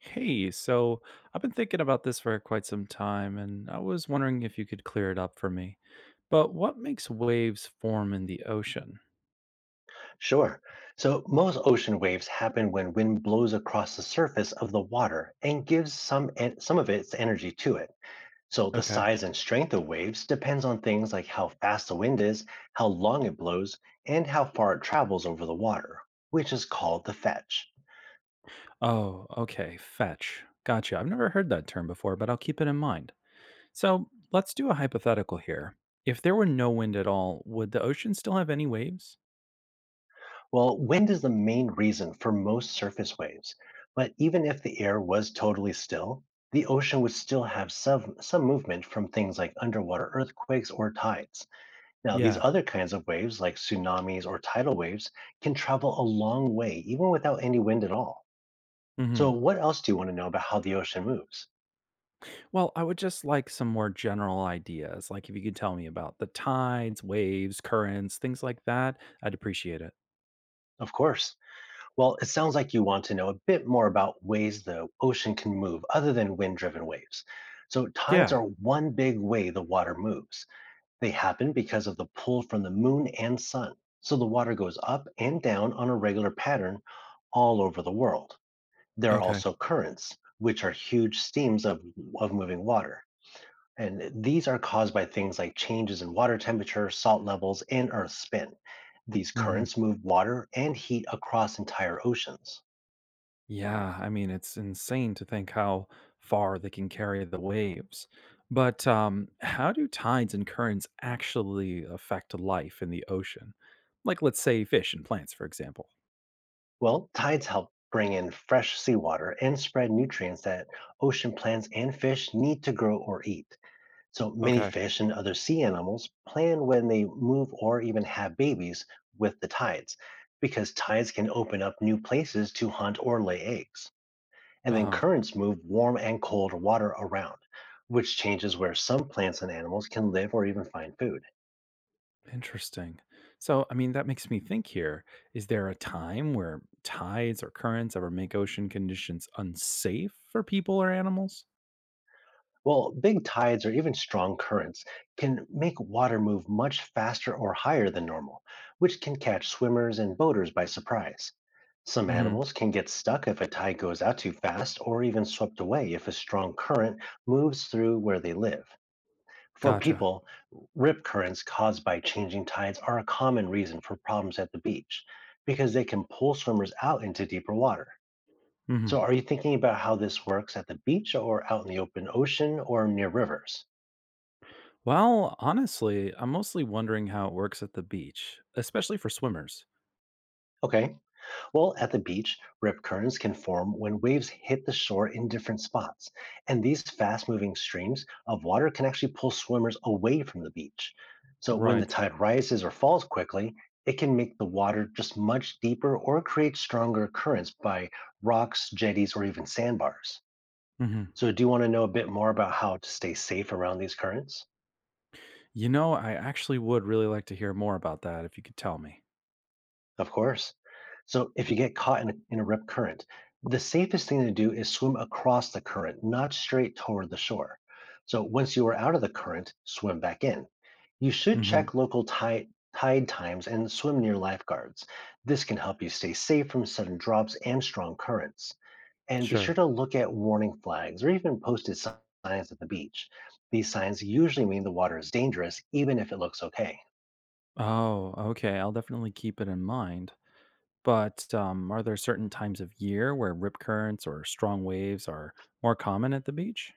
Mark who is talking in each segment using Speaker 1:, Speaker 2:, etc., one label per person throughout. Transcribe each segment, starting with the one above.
Speaker 1: Hey, so I've been thinking about this for quite some time, and I was wondering if you could clear it up for me. But what makes waves form in the ocean?
Speaker 2: Sure. So most ocean waves happen when wind blows across the surface of the water and gives some of its energy to it. So the
Speaker 1: Okay.
Speaker 2: size and strength of waves depends on things like how fast the wind is, how long it blows, and how far it travels over the water, which is called the fetch.
Speaker 1: Oh, okay. Fetch. Gotcha. I've never heard that term before, but I'll keep it in mind. So let's do a hypothetical here. If there were no wind at all, would the ocean still have any waves?
Speaker 2: Well, wind is the main reason for most surface waves, but even if the air was totally still, the ocean would still have some movement from things like underwater earthquakes or tides. Now, these
Speaker 1: Yeah.
Speaker 2: other kinds of waves, like tsunamis or tidal waves, can travel a long way, even without any wind at all. So,
Speaker 1: Hmm.
Speaker 2: what else do you want to know about how the ocean moves?
Speaker 1: Well, I would just like some more general ideas, like if you could tell me about the tides, waves, currents, things like that. I'd appreciate it.
Speaker 2: Of course. Well, it sounds like you want to know a bit more about ways the ocean can move other than wind driven waves. So, tides
Speaker 1: Yeah.
Speaker 2: are one big way the water moves. They happen because of the pull from the moon and sun. So, the water goes up and down on a regular pattern all over the world. There are
Speaker 1: Okay.
Speaker 2: also currents, which are huge streams of moving water. And these are caused by things like changes in water temperature, salt levels, and Earth's spin. These
Speaker 1: Mhm.
Speaker 2: currents move water and heat across entire oceans.
Speaker 1: Yeah, I mean, it's insane to think how far they can carry the waves. But how do tides and currents actually affect life in the ocean? Like, let's say fish and plants, for example.
Speaker 2: Well, tides help bring in fresh seawater and spread nutrients that ocean plants and fish need to grow or eat. So many
Speaker 1: Okay.
Speaker 2: fish and other sea animals plan when they move or even have babies with the tides, because tides can open up new places to hunt or lay eggs. And
Speaker 1: Uh
Speaker 2: then
Speaker 1: huh.
Speaker 2: currents move warm and cold water around, which changes where some plants and animals can live or even find food.
Speaker 1: Interesting. So, I mean, that makes me think here. Is there a time where tides or currents ever make ocean conditions unsafe for people or animals?
Speaker 2: Well, big tides or even strong currents can make water move much faster or higher than normal, which can catch swimmers and boaters by surprise. Some
Speaker 1: Mm hmm.
Speaker 2: animals can get stuck if a tide goes out too fast or even swept away if a strong current moves through where they live. For
Speaker 1: Gotcha.
Speaker 2: people, rip currents caused by changing tides are a common reason for problems at the beach because they can pull swimmers out into deeper water.
Speaker 1: Mm
Speaker 2: So,
Speaker 1: hmm.
Speaker 2: are you thinking about how this works at the beach or out in the open ocean or near rivers?
Speaker 1: Well, honestly, I'm mostly wondering how it works at the beach, especially for swimmers.
Speaker 2: Okay. Well, at the beach, rip currents can form when waves hit the shore in different spots. And these fast moving streams of water can actually pull swimmers away from the beach. So when the
Speaker 1: Right.
Speaker 2: tide rises or falls quickly, it can make the water just much deeper or create stronger currents by rocks, jetties, or even sandbars.
Speaker 1: Hmm.
Speaker 2: So, do you want to know a bit more about how to stay safe around these currents?
Speaker 1: You know, I actually would really like to hear more about that if you could tell me.
Speaker 2: Of course. So if you get caught in a rip current, the safest thing to do is swim across the current, not straight toward the shore. So once you are out of the current, swim back in. You should
Speaker 1: Hmm.
Speaker 2: check local tide times and swim near lifeguards. This can help you stay safe from sudden drops and strong currents. And be sure
Speaker 1: Sure.
Speaker 2: to look at warning flags or even signs at the beach. These signs usually mean the water is dangerous, even if it looks okay.
Speaker 1: Oh, okay. I'll definitely keep it in mind. But are there certain times of year where rip currents or strong waves are more common at the beach?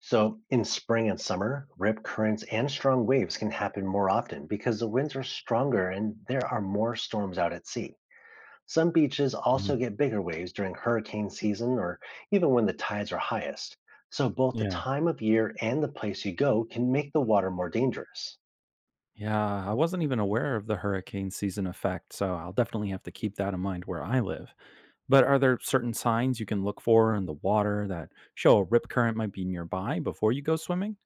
Speaker 2: So, in spring and summer, rip currents and strong waves can happen more often because the winds are stronger and there are more storms out at sea. Some beaches also
Speaker 1: Mhm.
Speaker 2: get bigger waves during hurricane season or even when the tides are highest. So, both the
Speaker 1: Yeah.
Speaker 2: time of year and the place you go can make the water more dangerous.
Speaker 1: Yeah, I wasn't even aware of the hurricane season effect, so I'll definitely have to keep that in mind where I live. But are there certain signs you can look for in the water that show a rip current might be nearby before you go swimming?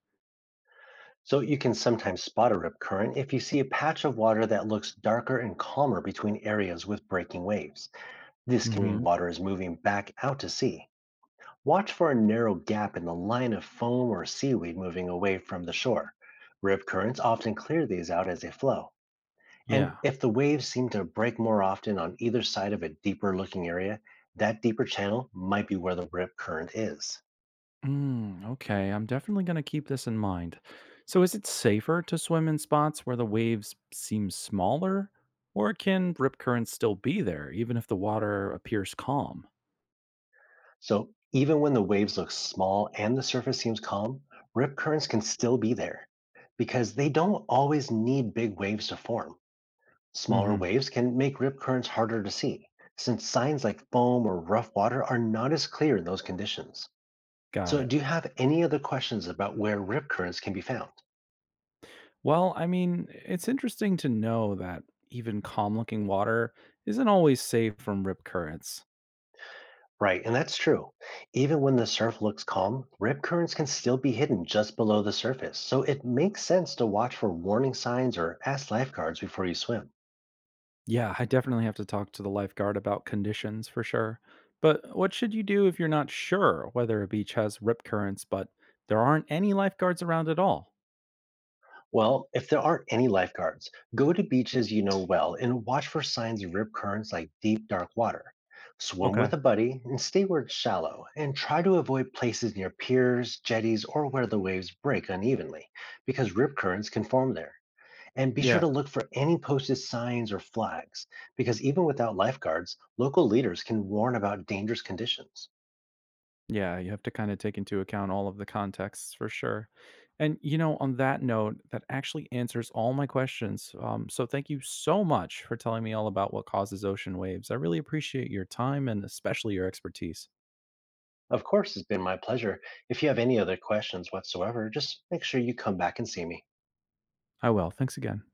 Speaker 2: So, you can sometimes spot a rip current if you see a patch of water that looks darker and calmer between areas with breaking waves. This can mean
Speaker 1: Hmm.
Speaker 2: water is moving back out to sea. Watch for a narrow gap in the line of foam or seaweed moving away from the shore. Rip currents often clear these out as they flow. And
Speaker 1: Yeah.
Speaker 2: if the waves seem to break more often on either side of a deeper looking area, that deeper channel might be where the rip current is.
Speaker 1: Mm, okay, I'm definitely going to keep this in mind. So, is it safer to swim in spots where the waves seem smaller, or can rip currents still be there even if the water appears calm?
Speaker 2: So even when the waves look small and the surface seems calm, rip currents can still be there because they don't always need big waves to form. Smaller
Speaker 1: Hmm.
Speaker 2: waves can make rip currents harder to see, since signs like foam or rough water are not as clear in those conditions.
Speaker 1: Got
Speaker 2: So,
Speaker 1: it.
Speaker 2: do you have any other questions about where rip currents can be found?
Speaker 1: Well, I mean, it's interesting to know that even calm looking water isn't always safe from rip currents.
Speaker 2: Right, and that's true. Even when the surf looks calm, rip currents can still be hidden just below the surface. So, it makes sense to watch for warning signs or ask lifeguards before you swim.
Speaker 1: Yeah, I definitely have to talk to the lifeguard about conditions for sure. But what should you do if you're not sure whether a beach has rip currents, but there aren't any lifeguards around at all?
Speaker 2: Well, if there aren't any lifeguards, go to beaches you know well and watch for signs of rip currents like deep, dark water. Swim
Speaker 1: Okay.
Speaker 2: with a buddy and stay where it's shallow, and try to avoid places near piers, jetties, or where the waves break unevenly, because rip currents can form there. And be sure
Speaker 1: Yeah.
Speaker 2: to look for any posted signs or flags, because even without lifeguards, local leaders can warn about dangerous conditions.
Speaker 1: Yeah, you have to kind of take into account all of the contexts for sure. And, you know, on that note, that actually answers all my questions. So thank you so much for telling me all about what causes ocean waves. I really appreciate your time and especially your expertise.
Speaker 2: Of course, it's been my pleasure. If you have any other questions whatsoever, just make sure you come back and see me.
Speaker 1: I will. Thanks again.